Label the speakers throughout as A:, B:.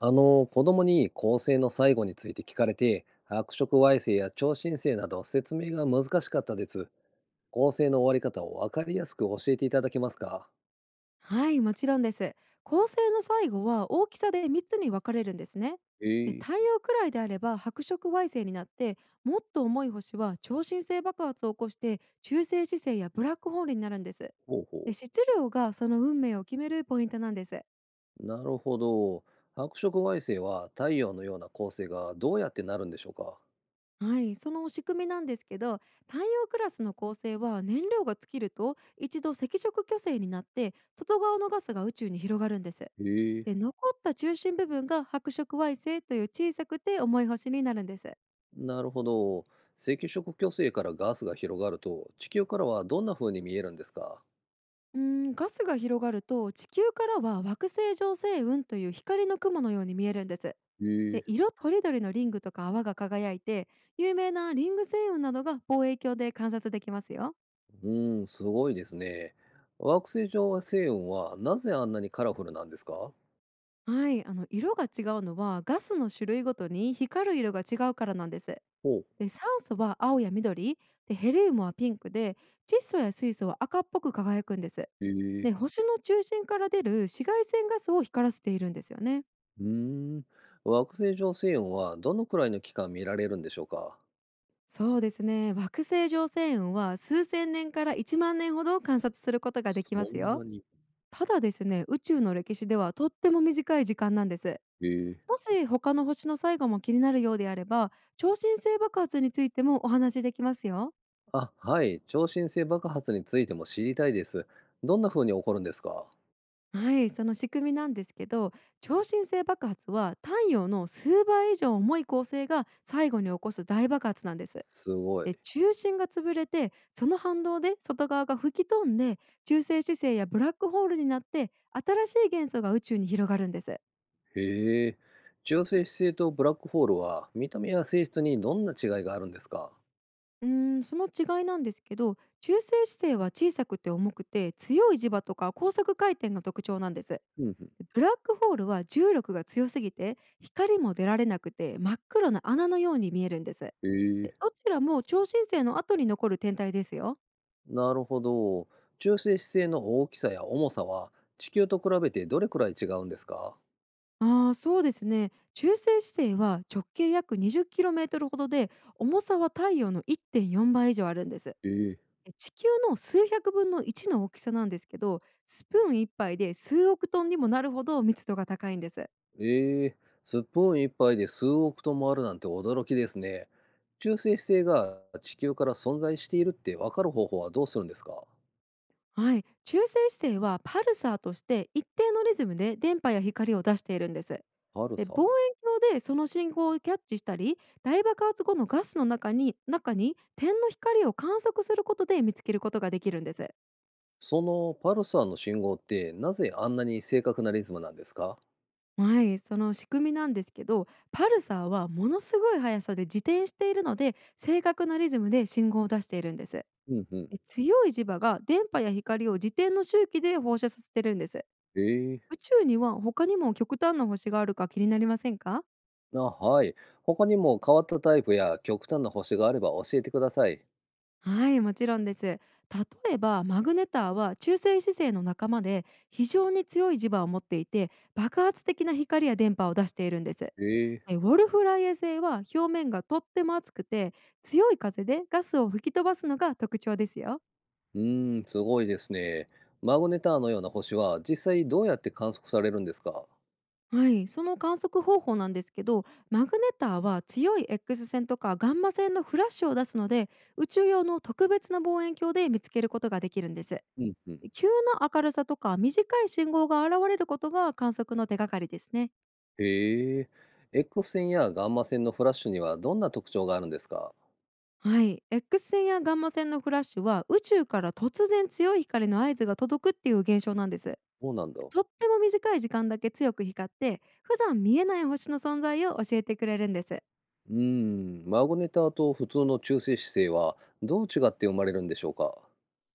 A: 子供に恒星の最後について聞かれて、白色矮星や超新星など説明が難しかったです。恒星の終わり方を分かりやすく教えていただけますか？
B: はい、もちろんです。恒星の最後は大きさで3つに分かれるんですね。
A: え
B: で、
A: え。
B: 太陽くらいであれば白色矮星になって、もっと重い星は超新星爆発を起こして中性子星やブラックホールになるんです。
A: ほうほ
B: で、質量がその運命を決めるポイントなんです。
A: う。なるほど。白色矮星は太陽のような恒星がどうやってなるんでしょうか？
B: はい、その仕組みなんですけど、太陽クラスの恒星は燃料が尽きると一度赤色巨星になって外側のガスが宇宙に広がるんです。
A: え
B: で、
A: え。
B: 残った中心部分が白色矮星という小さくて重い星になるんです。
A: なるほど。赤色巨星からガスが広がると地球からはどんな風に見えるんですか？
B: うーガスが広がると地球からは惑星上星雲という光の雲のように見えるんです。
A: へ
B: で、
A: え。
B: 色とりどりのリングとか泡が輝いて有名なリング星雲などが望遠鏡で観察できますよ。
A: うーん、すごいですね。惑星上は星雲はなぜあんなにカラフルなんですか？
B: はい、あの色が違うのはガスの種類ごとに光る色が違うからなんです。
A: ほう。
B: で、酸素は青や緑で、ヘリウムはピンクで、窒素や水素は赤っぽく輝くんです。
A: へえ。
B: で、星の中心から出る紫外線ガスを光らせているんですよね。
A: うーん。惑星上星雲はどのくらいの期間見られるんでしょうか？
B: そうですね、惑星上星雲は数千年から1万年ほど観察することがで
A: そ
B: きます
A: ん
B: よ。
A: なに。
B: ただですね、宇宙の歴史ではとっても短い時間なんです。
A: へえ。
B: もし他の星の最後も気になるようであれば、超新星爆発についてもお話しできますよ。
A: あ、はい。超新星爆発についても知りたいです。どんな風に起こるんですか？
B: はい、その仕組みなんですけど、超新星爆発は太陽の数倍以上重い恒星が最後に起こす大爆発なんです。
A: すごい。
B: で、中心が潰れてその反動で外側が吹き飛んで、中性子星やブラックホールになって、新しい元素が宇宙に広がるんです。
A: へえ。中性子星とブラックホールは見た目や性質にどんな違いがあるんですか？
B: その違いなんですけど、中性子星は小さくて重くて強い磁場とか高速回転が特徴なんです。
A: うんうん。
B: ブラックホールは重力が強すぎて光も出られなくて真っ黒な穴のように見えるんです。
A: へ
B: で、
A: え。
B: どちらも超新星の後に残る天体ですよ。
A: なるほど。中性子星の大きさや重さは地球と比べてどれくらい違うんですか？
B: ああ、そうですね、中性子星は直径約 20km ほどで、重さは太陽の1.4倍以上あるんです。
A: ええ。
B: 地球の数百分の1の大きさなんですけど、スプーン一杯で数億トンにもなるほど密度が高いんです。
A: ええ、スプーン一杯で数億トンもあるなんて驚きですね。中性子星が地球から存在しているって分かる方法はどうするんですか？
B: はい、中性子星はパルサーとして一定のリズムで電波や光を出しているんです。
A: パル
B: で、
A: サー。
B: 望遠鏡でその信号をキャッチしたり大爆発後のガスの中に点の光を観測することで見つけることができるんです。
A: そのパルサーの信号ってなぜあんなに正確なリズムなんですか？
B: はい、その仕組みなんですけど、パルサーはものすごい速さで自転しているので正確なリズムで信号を出しているんです。
A: うんうん。
B: で、強い磁場が電波や光を自転の周期で放射させてるんです。
A: え
B: 宇
A: え。
B: 宙には他にも極端な星があるか気になりませんか？
A: あ、はい。他にも変わったタイプや極端な星があれば教えてください。
B: はい、もちろんです。例えばマグネターは中性子星の仲間で、非常に強い磁場を持っていて爆発的な光や電波を出しているんです。
A: ええ。
B: ウォルフライエ星は表面がとっても熱くて、強い風でガスを吹き飛ばすのが特徴ですよ。
A: うーん、すごいですね。マグネターのような星は実際どうやって観測されるんですか？
B: はい、その観測方法なんですけど、マグネターは強い X 線とかガンマ線のフラッシュを出すので、宇宙用の特別な望遠鏡で見つけることができるんです。
A: うんうん。
B: 急な明るさとか短い信号が現れることが観測の手がかりですね。
A: へえ。X 線やガンマ線のフラッシュにはどんな特徴があるんですか？
B: はい、X 線やガンマ線のフラッシュは宇宙から突然強い光の合図が届くっていう現象なんです。
A: そうなんだ。
B: とっても短い時間だけ強く光って普段見えない星の存在を教えてくれるんです。
A: うーん、マグネターと普通の中性子星はどう違って生まれるんでしょうか？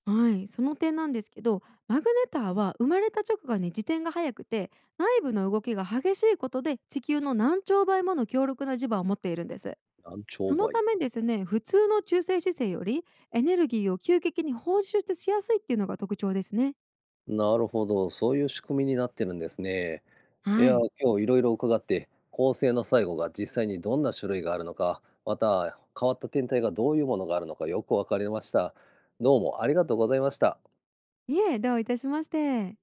B: はい、その点なんですけど、マグネターは生まれた直後に自転が速くて内部の動きが激しいことで地球の何兆倍もの強力な磁場を持っているんです。
A: 何兆
B: その
A: 倍。
B: ためですね、普通の中性子星よりエネルギーを急激に放出しやすいっていうのが特徴ですね。
A: なるほど、そういう仕組みになってるんですね。い
B: は
A: や
B: い。
A: ー、今日いろいろ伺って、恒星の最後が実際にどんな種類があるのか、また変わった天体がどういうものがあるのかよくわかりました。どうもありがとうございました。
B: いえ、どういたしまして。